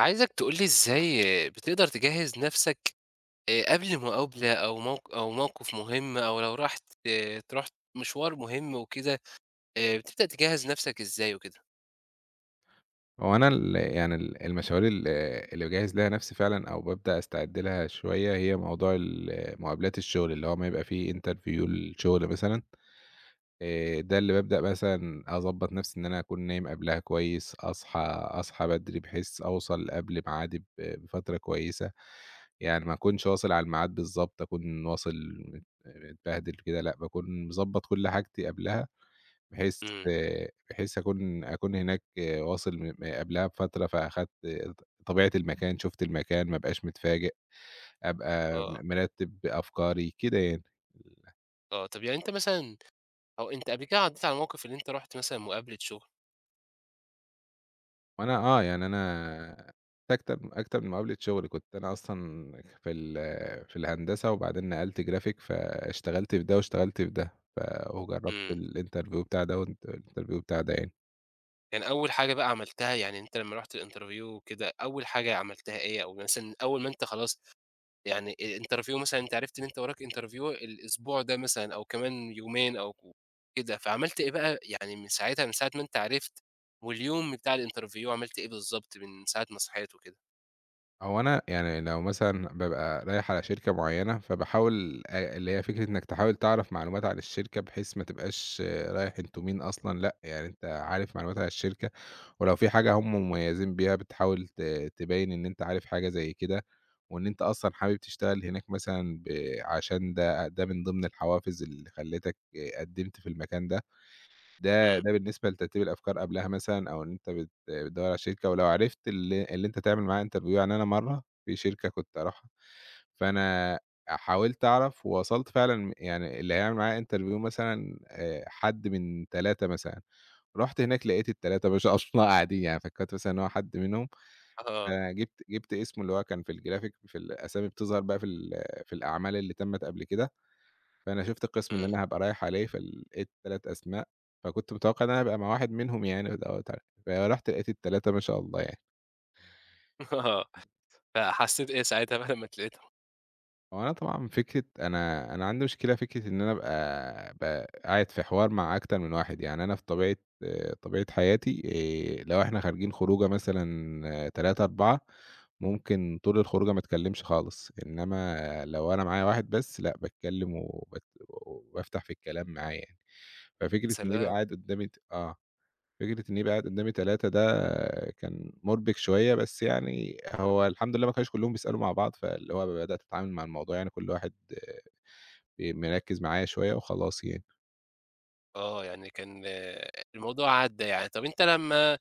عايزك تقول لي إزاي بتقدر تجهّز نَفْسك قبل مقابلة أو موقِف مهم أو لو رُحت آه، تروح مشوار مهم وكده، بتبدأ تجهّز نَفْسك إزاي وكده؟ هو أنا ال يعني ال المشاوير اللي باجهّز لها نَفْسي فعلًا أو بابدأ أستعد لها شوية، هي موضوع مقابلات الشغل، اللي هو أمّا يبقى في interview للشغل مثلًا، ده اللي بابدأ مثلًا أضبّط نَفْسي إن أنا أكون نايم قبلها كويس، أصحى بدري بحيث أوصل قبل ميعادي بفترة كويسة، يعني ما أكونش واصل على الميعاد بالضبط، أكون واصل متبهدل كده لأ، باكون مضبّط كل حاجتي قبلها. بحيث إمم، بحيث أكون هناك واصل م م قبلها بفترة، فأخدت طبيعة المكان، شُفت المكان، ما ابقاش متفاجئ، أبقى آه، مرتّب أفكاري كده يعني. آه. طَب يعني أنت مثلًا أو أنت قبل كده عدّيت على موقِف اللي أنت رُحت مثلًا مقابلة شُغل، وأنا آه، يعني أنا أكتر من مقابلة شغل، كنت أنا أصلًا في ال في الهندسة وبعدين نقلت graphic فاشتغلت في ده واشتغلت في ده، وجرّبت إمم. الinterview بتاع ده والinterview بتاع ده يعني. كان أول حاجة بقى عملتها يعني أنت لمّا رُحت الinterview وكده، أول حاجة عملتها إيه أو مثلًا أول ما أنت خلاص يعني الinterview مثلًا أنت عرفت إن أنت وراك interview الأسبوع ده مثلًا أو كمان يومين أو كده، فعملت إيه بقى يعني من ساعتها من ساعة ما أنت عرفت واليوم بتاع الinterview عملت إيه بالضبط من ساعة ما صحيت وكده؟ هو أنا يعني لو مثلًا بابقى رايح على شركة معيّنة، فباحاول اللي هي فكرة إنك تحاول تعرف معلومات عن الشركة، بحيث ما تبقاش رايح أنتم مين أصلًا، لأ، يعني أنت عارف معلومات عن الشركة، ولو في حاجة هم مميزين بيها بتحاول تبيّن إن أنت عارف حاجة زي كده، وإن أنت أصلًا حابب تشتغل هناك مثلًا عشان ده من ضمن الحوافز اللي خلّتك قدّمت في المكان ده. ده إمم، ده بالنسبة لترتيب الأفكار قبلها مثلًا أو إن أنت بتدوّر على شركة ولو عرفت اللي أنت تعمل معاها interview. يعني أنا مرّة في شركة كنت أروحها، فأنا حاولت أعرف ووصلت فعلًا يعني اللي هيعمل معايا interview مثلًا حد من 3 مثلًا، رُحت هناك لقيت ال3 مش أصلًا قاعدين، يعني فكرت مثلًا إن هو حد منهم، آه، فجِبت اسمه اللي هو كان في الgraphic، في الأسامي بتظهر بقى في الأعمال اللي تمت قبل كده. فأنا شُفت القسم اللي إمم، أنا هابقى رايح عليه، فلقيت 3 أسماء، فكنت متوقع إن أنا هابقى مع واحد منهم يعني دوّة ع فرُحت لقيت ال3 ما شاء الله يعني. آه، فحسيت إيه ساعتها بقى لمّا تلاقيتهم؟ هو أنا طبعًا فكرة أنا عندي مشكلة فكرة إن أنا أبقى ب قاعد في حوار مع أكتر من واحد، يعني أنا في طبيعة آه، طبيعة حياتي، لو إحنا خارجين خروجة مثلًا 3، 4 ممكن طول الخروجة ما اتكلمش خالص، إنما لو أنا معايا واحد بس لأ، باتكلم وبافتح في الكلام معاه يعني، ففكرة إن يبقى سلام! قاعد قدامي ت آه. فكرة إني يبقى قاعد قدّامي 3 ده كان مُربِك شوية، بس يعني هو الحمد لله ما كانوش كلّهم بيسألوا مع بعض، فاللي هو بدأت أتعامل مع الموضوع يعني كل واحد مركّز معايا شوية وخلاص يعني. آه، يعني كان آه، الموضوع عدّى يعني. طب أنت لمّا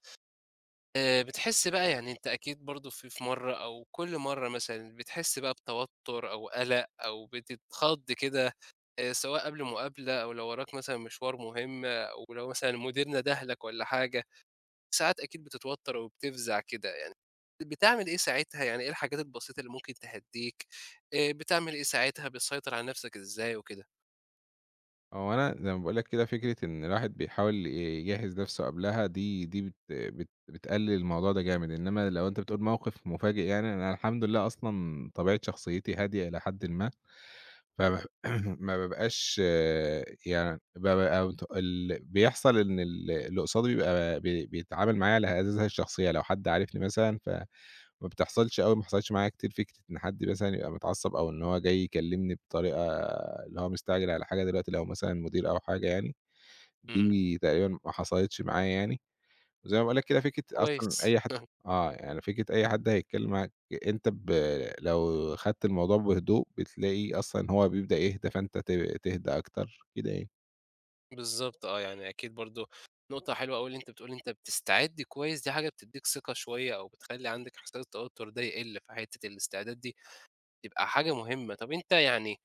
بتحس بقى يعني أنت أكيد برضه في مرّة أو كل مرّة مثلًا بتحس بقى بتوتر أو قلق أو بتتخض كده سواء قبل مقابلة أو لو وراك مثلًا مشوار مهم أو لو مثلًا مدير ندهلك والّا حاجة، ساعات أكيد بتتوتر وبتفزع كده يعني، بتعمل إيه ساعتها؟ يعني إيه الحاجات البسيطة اللي ممكن تهدّيك؟ بتعمل إيه ساعتها، بتسيطر على نفسك إزاي وكده؟ هو أنا زي ما باقول لك كده فكرة إن الواحد بيحاول يجهّز نَفْسه قبلها، دي بت بت بتقلِّل الموضوع ده جامد، إنّما لو أنت بتقول موقِف مفاجئ يعني أنا الحمد لله أصلًا طبيعة شخصيتي هادية إلى حدٍ ما. فما ما بابقاش، يعني بابقى مت ال بيحصل إن اللي قصادي بيبقى بيتعامل معايا على هذه الشخصية، لو حد عارفني مثلًا فما بتحصلش أوي، ما حصلتش معايا كتير فكرة إن حد مثلًا يبقى متعصب أو إن هو جاي يكلمني بطريقة اللي هو مستعجل على حاجة دلوقتي، لو مثلًا مدير أو حاجة يعني، إمم، دي تقريبًا ما حصلتش معايا يعني. زي ما باقول لك كده فكرة أصلًا كويس، أي حد آه، يعني فكرة أي حد هيتكلّم معاك أنت لو خدت الموضوع بهدوء بتلاقي أصلًا هو بيبدأ يهدى، فأنت تهدى أكتر كده يعني. بالضبط آه، يعني أكيد برضه نقطة حلوة أوي اللي أنت بتقول أنت بتستعد كويس، دي حاجة بتدّيك ثقة شوية أو بتخلّي عندك إحساس التوتر ده يقِل، فحتة الاستعداد دي تبقى حاجة مهمة. طب أنت يعني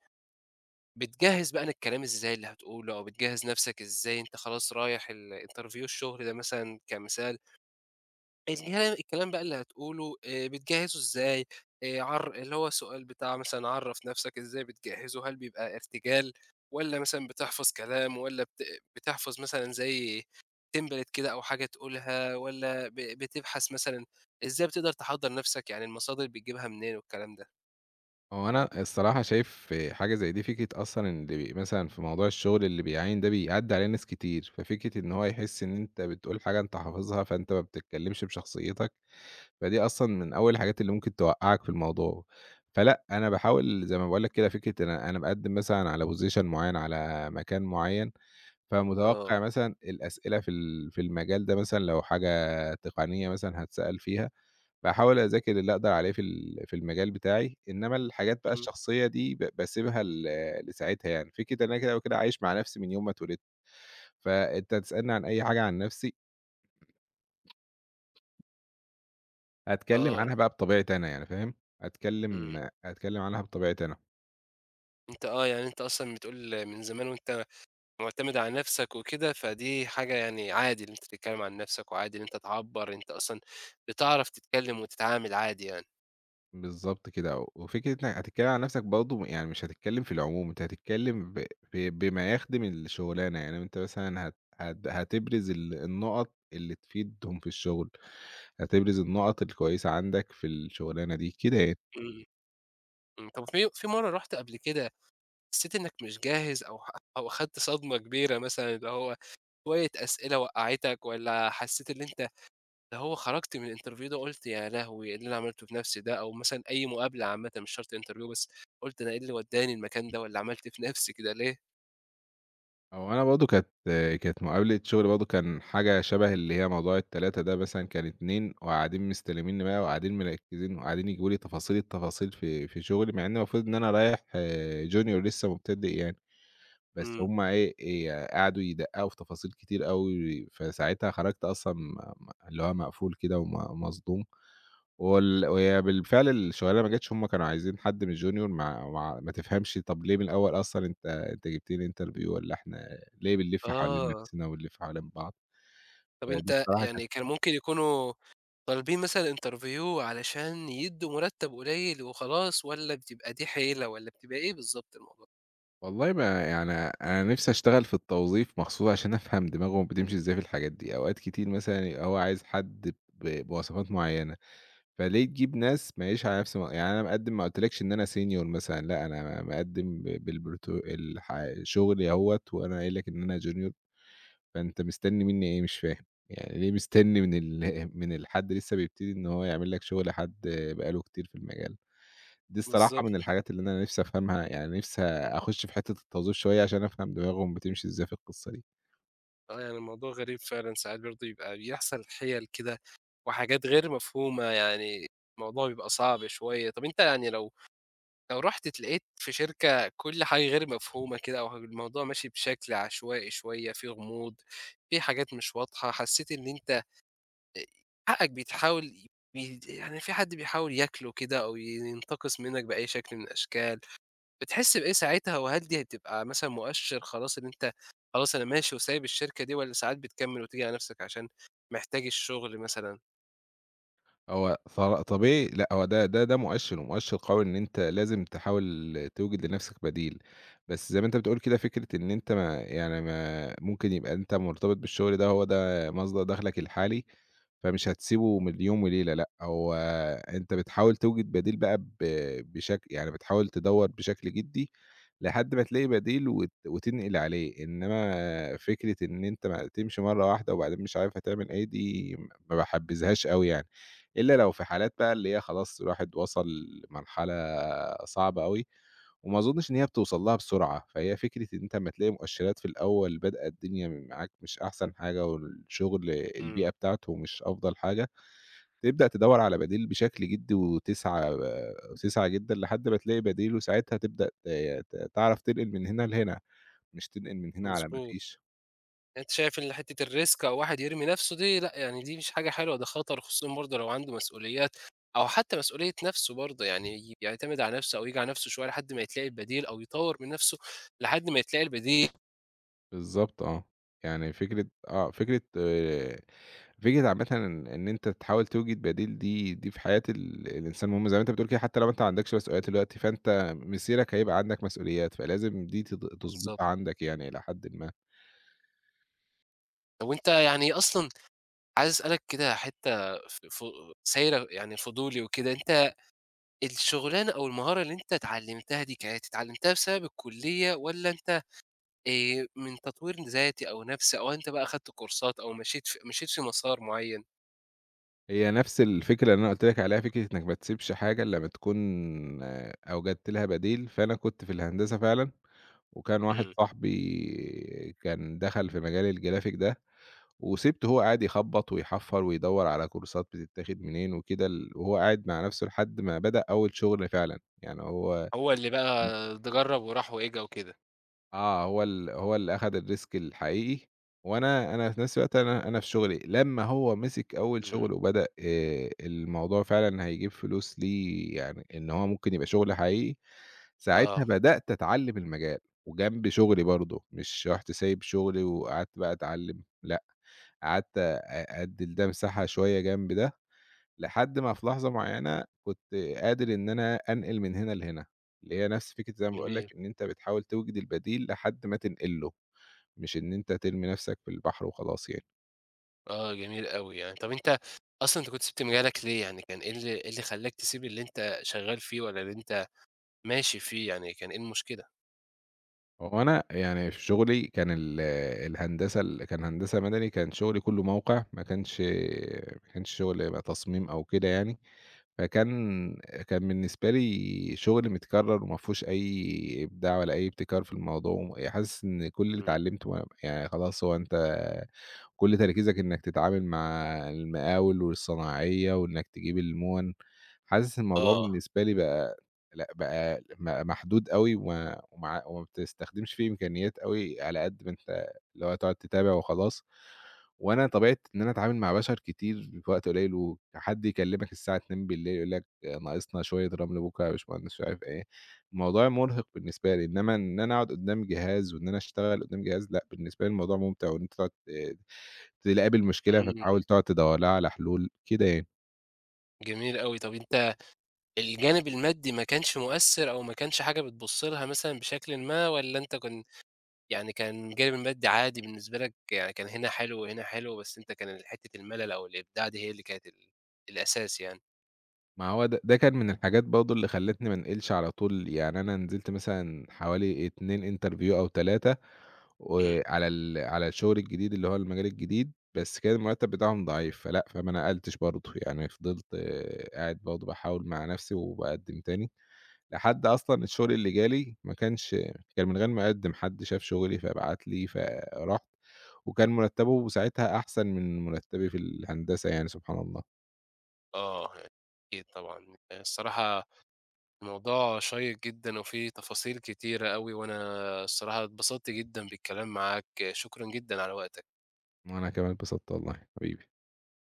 بتجهّز بقى أنا الكلام إزاي اللي هتقوله، أو بتجهّز نَفْسك إزاي أنت خلاص رايح ال interview الشغل ده مثلًا كمثال، الكلام بقى اللي هتقوله بتجهّزه إزاي، عر اللي هو السؤال بتاع مثلًا عرّف نَفْسك إزاي بتجهّزه، هل بيبقى ارتجال والّا مثلًا بتحفظ كلام والّا بتحفظ مثلًا زي template كده أو حاجة تقولها والّا بتبحث مثلًا إزاي بتقدر تحضّر نَفْسك، يعني المصادر بتجيبها منين والكلام ده؟ هو أنا الصراحة شايف حاجة زي دي، فكرة أصلًا ان اللي مثلًا في موضوع الشغل اللي بيعاين ده بيعدّي عليه ناس كتير، ففكرة إن هو يحس إن أنت بتقول حاجة أنت حافظها، فأنت ما بتتكلّمش بشخصيتك، فدي أصلًا من أول الحاجات اللي ممكن توقّعك في الموضوع، فلأ، أنا باحاول زي ما باقول لك كده فكرة ان أنا باقدّم مثلًا على position معيّن، على مكان معيّن، آه، فمتوقّع مثلًا الأسئلة في المجال ده، مثلًا لو حاجة تقنية مثلًا هاتسأل فيها، باحاول أذاكر اللي أقدر عليه في المجال بتاعي، إنّما الحاجات بقى إمم، الشخصية دي باسيبها لساعتها يعني، فكرة إن أنا كده وكده عايش مع نَفْسي من يوم ما اتولدت، فأنت هتسألني عن أي حاجة عن نَفْسي أتكلّم آه، عنها بقى بطبيعتي أنا يعني، فاهم، أتكلّم إمم. أتكلّم عنها بطبيعتي أنا، أنت آه، يعني أنت أصلًا بتقول من زمان وأنت مُعتمد على نَفْسك وكده، فدي حاجة يعني عادي إن أنت تتكلّم عن نَفْسك وعادي إن أنت تعبّر، أنت أصلًا بتعرف تتكلّم وتتعامل عادي يعني. بالضبط كده آه، وفكرة إنك هتتكلّم عن نَفْسك برضه يعني مش هتتكلّم في العموم، أنت هتتكلّم ب ب بما يخدم الشغلانة، يعني أنت مثلًا هت هت هتبرز النُقط اللي تفيدهم في الشغل، هتبرز النُقط الكويسة عندك في الشغلانة دي، كده يعني. إمم، إمم. طَب في مرّة رُحت قبل كده حسّيت إنّك مش جاهز أو أخدت صدمة كبيرة مثلًا اللي هو شوية أسئلة وقّعتك والّا حسّيت اللي أنت اللي هو خرجت من الinterview ده قُلت يا لهوي! إيه اللي أنا عملته في نَفْسي ده؟ أو مثلًا أي مقابلة عامةً مش شرط interview بس، قُلت أنا إيه اللي ودّاني المكان ده والّا عملت إيه في نَفْسي كده ليه؟ هو أنا برضه كانت مقابلة شغل برضه، كان حاجة شبه اللي هي موضوع ال3 ده، مثلًا كان 2 وقاعدين مستلمينّي بقى وقاعدين مركّزين وقاعدين يجيبوا لي تفاصيل التفاصيل في في شغلي، مع إن المفروض إن أنا رايح آه، junior لسه مبتدئ يعني، بس إمم. هم إيه، ي قعدوا يدقّقوا في تفاصيل كتير أوي، فساعتها خرجت أصلًا م م اللي هو مقفول كده وم مصدوم. وهي بالفعل الشغلانة ما جاتش، هُم كانوا عايزين حد من الjunior، مع ما تفهمش طَب ليه من الأول أصلًا أنت جبتني interview؟ والّا إحنا ليه بنلِف حوالين آه، نَفْسنا ونلِف حوالين بعض؟ طَب فدي أنت بصراحة كانت، يعني كان ممكن يكونوا طالبين مثلًا interview علشان يدّوا مرتب قليل وخلاص، والّا بتبقى دي حيلة، والّا بتبقى إيه بالضبط الموضوع؟ والله ما يعني أنا نِفْسي أشتغل في التوظيف مخصوص عشان أفهم دماغهم بتمشي إزاي في الحاجات دي، أوقات كتير مثلًا يبقى هو عايز حد بوصفات معيّنة، فليه تجيب ناس ما هياش على نَفْس يعني أنا مقدِّم، ما قُلتلكش إن أنا senior مثلًا لأ، أنا مقدِّم ب بالبروتو الح شغلي أهوّة وأنا قايل لك إن أنا junior، فأنت مستني منّي إيه مش فاهم، يعني ليه مستني من ال من الحد لسه بيبتدي إن هو يعمل لك شغل حد بقى له كتير في المجال؟ دي الصراحة بالضبط، من الحاجات اللي أنا نفسي أفهمها، يعني نفسي أخش في حتّة التوظيف شوية عشان أفهم دماغهم بتمشي إزاي في القصة دي. آه، يعني الموضوع غريب فعلًا ساعات برضه يبقى بيحصل حِيَل كده وحاجات غير مفهومة، يعني الموضوع بيبقى صعب شوية. طَب أنت يعني لو لو رُحت اتلاقيت في شركة كل حاجة غير مفهومة كده أو الموضوع ماشي بشكل عشوائي شوية، في غموض، في حاجات مش واضحة، حسّيت إن أنت آآ حقك بيتحاول يعني في حد بيحاول ياكله كده أو ينتقص منّك بأي شكل من الأشكال، بتحس بإيه ساعتها وهل دي هتبقى مثلًا مؤشِّر خلاص إن أنت خلاص أنا ماشي وسايب الشركة دي والّا ساعات بتكمّل وتيجي على نَفْسك عشان محتاج الشغل مثلًا؟ هو صرا طبيعي لأ، هو ده مؤشِّر ومؤشِّر قوي إن أنت لازم تحاول توجد لنَفْسك بديل، بس زي ما أنت بتقول كده فكرة إن أنت ما ممكن يبقى أنت مرتبط بالشغل ده، هو ده مصدر دخلك الحالي، فمش هتسيبه من يوم وليلة لأ، هو أنت بتحاول توجد بديل بقى بشكل يعني، بتحاول تدوّر بشكل جِدّي لحد ما تلاقي بديل وت وتنقل عليه، إنما فكرة إن أنت ما تمشي مرّة واحدة وبعدين مش عارف هتعمل إيه، دي ما باحبّذهاش أوي يعني. إلا لو في حالات بقى اللي هي خلاص الواحد وصل لمرحلة صعبة أوي، وما أظنش إن هي بتوصل لها بسرعة، فهي فكرة إن أنت أمّا تلاقي مؤشرات في الأول بادئة الدنيا معاك مش أحسن حاجة، والشغل إمم، البيئة بتاعته مش أفضل حاجة، تبدأ تدوّر على بديل بشكل جدي وتسعى جدًا لحد ما تلاقي بديل، وساعتها تبدأ ت ت تعرف تنقل من هنا لهنا، مش تنقل من هنا على ما مضبوط. فيش. يعني أنت شايف إن حتّة الrisk أو واحد يرمي نَفْسه دي لأ، يعني دي مش حاجة حلوة، ده خطر خصوصًا برضه لو عنده مسؤوليات أو حتّى مسؤولية نَفْسه برضه، يعني يعتمد على نَفْسه أو ييجي على نَفْسه شوية لحد ما يتلاقي البديل أو يطوّر من نَفْسه لحد ما يتلاقي البديل. بالضبط آه، يعني فكرة آه، فكرة عامةً إن أنت تحاول توجد بديل، دي في حياة الإنسان مهمة زي ما أنت بتقول كده، حتى لو أنت ما عندكش مسؤوليات دلوقتي، فأنت مسيرك هيبقى عندك مسؤوليات، فلازم دي تضبط بالضبط. عندك يعني إلى حدٍ ما. طب وأنت يعني أصلًا عايز أسألك كده حتّة ف ف سايرة يعني فضولي وكده، أنت الشغلانة أو المهارة اللي أنت اتعلّمتها دي كانت اتعلّمتها بسبب الكلية والّا أنت من تطوير ذاتي أو نَفْسي أو أنت بقى أخدت كورسات أو مشيت في مسار معيّن؟ هي نفس الفكرة اللي أنا قُلت لك عليها، فكرة إنك ما تسيبش حاجة إلا لمّا تكون آه، أوجدت لها بديل، فأنا كنت في الهندسة فعلًا، وكان واحد إمم. صاحبي كان دخل في مجال الGraphic ده، وسِبته هو قاعد يخبّط ويحفّر ويدوّر على كورسات بتتاخد منين وكده، ال وهو قاعد مع نَفْسه لحد ما بدأ أول شغل فعلًا، يعني هو. هو اللي بقى إمم. جرّب وراح وإجا وكده. آه، هو اللي أخد الrisk الحقيقي، وأنا في نَفْس الوقت أنا في شغلي، لمّا هو مسك أول إمم. شغل وبدأ الموضوع فعلًا هيجيب فلوس ليه، يعني إن هو ممكن يبقى شغل حقيقي، ساعتها آه. بدأت أتعلّم المجال وجنب شغلي برضه، مش رُحت سايب شغلي وقعدت بقى أتعلّم، لأ. قعدت أدّي لده مساحة شوية جنب ده، لحد ما في لحظة معيّنة كنت قادر إن أنا أنقل من هنا لهنا، اللي هي نفس فكرة زي ما باقول لك جميل. إن أنت بتحاول توجد البديل لحد ما تنقل له، مش إن أنت ترمي نفسك في البحر وخلاص يعني. آه، جميل أوي يعني. طب أنت أصلًا أنت كنت سِبت مجالك ليه يعني كان إيه اللي إيه اللي خلّاك تسيب اللي أنت شغّال فيه والّا اللي أنت ماشي فيه، يعني كان إيه المشكلة؟ هو أنا يعني في شغلي كان الهندسة كان هندسة مدني، كان شغلي كلّه موقع، ما كانش شغل تصميم أو كده يعني. فكان كان بالنسبة لي شغل متكرّر وما فيهوش أي إبداع ولا أي ابتكار في الموضوع، وم حاسس إن كل اللي إمم، اتعلّمته ما يعني خلاص، هو أنت كل تركيزك إنك تتعامل مع المقاول والصناعية وإنك تجيب المُوَن، حاسس الموضوع آه، بالنسبة لي بقى لأ، بقى محدود أوي وما بتستخدمش فيه إمكانيات أوي على قد ما أنت اللي هو تقعد تتابع وخلاص، وأنا طبيعة إن أنا أتعامل مع بشر كتير في وقت قليل، وحد يكلمك الساعة 2:00 يقول لك ناقصنا شوية رمل بكرة يا باشمهندس مش عارف إيه، الموضوع مرهق بالنسبة لي، إنما إن أنا أقعد قدام جهاز وإن أنا أشتغل قدام جهاز لأ، بالنسبة لي الموضوع ممتع، وإن أنت تقعد تقابل مشكلة إمم، فتحاول تقعد تدوّر لها على حلول، كده يعني. جميل أوي، طَب أنت الجانب المادي ما كانش مؤثّر أو ما كانش حاجة بتبُص لها مثلًا بشكلٍ ما والّا أنت كن يعني كان الجانب المادي عادي بالنسبة لك، يعني كان هنا حلو وهنا حلو بس أنت كان حتّة الملل أو الإبداع دي هي اللي كانت الأساس يعني؟ ما هو ده كان من الحاجات برضه اللي خلّتني ما انقلش على طول، يعني أنا نزلت مثلًا حوالي 2 interview أو 3، إمم، وعلى على الشغل الجديد اللي هو المجال الجديد، بس كان المرتب بتاعهم ضعيف، فلأ، فما نقلتش برضه، يعني فضلت آه، قاعد برضه باحاول مع نفسي وباقدّم تاني. لحد أصلًا الشغل اللي جالي ما كانش كان من غير ما أقدّم، حد شاف شغلي فبعت لي، فرُحت وكان مرتّبه ساعتها أحسن من مرتّبي في الهندسة يعني سبحان الله، آه، أكيد طبعًا، الصراحة الموضوع شيّق جدًا وفيه تفاصيل كتيرة أوي وأنا الصراحة اتبسطت جدًا بالكلام معاك، شكرًا جدًا على وقتك. وأنا كمان اتبسطت والله حبيبي.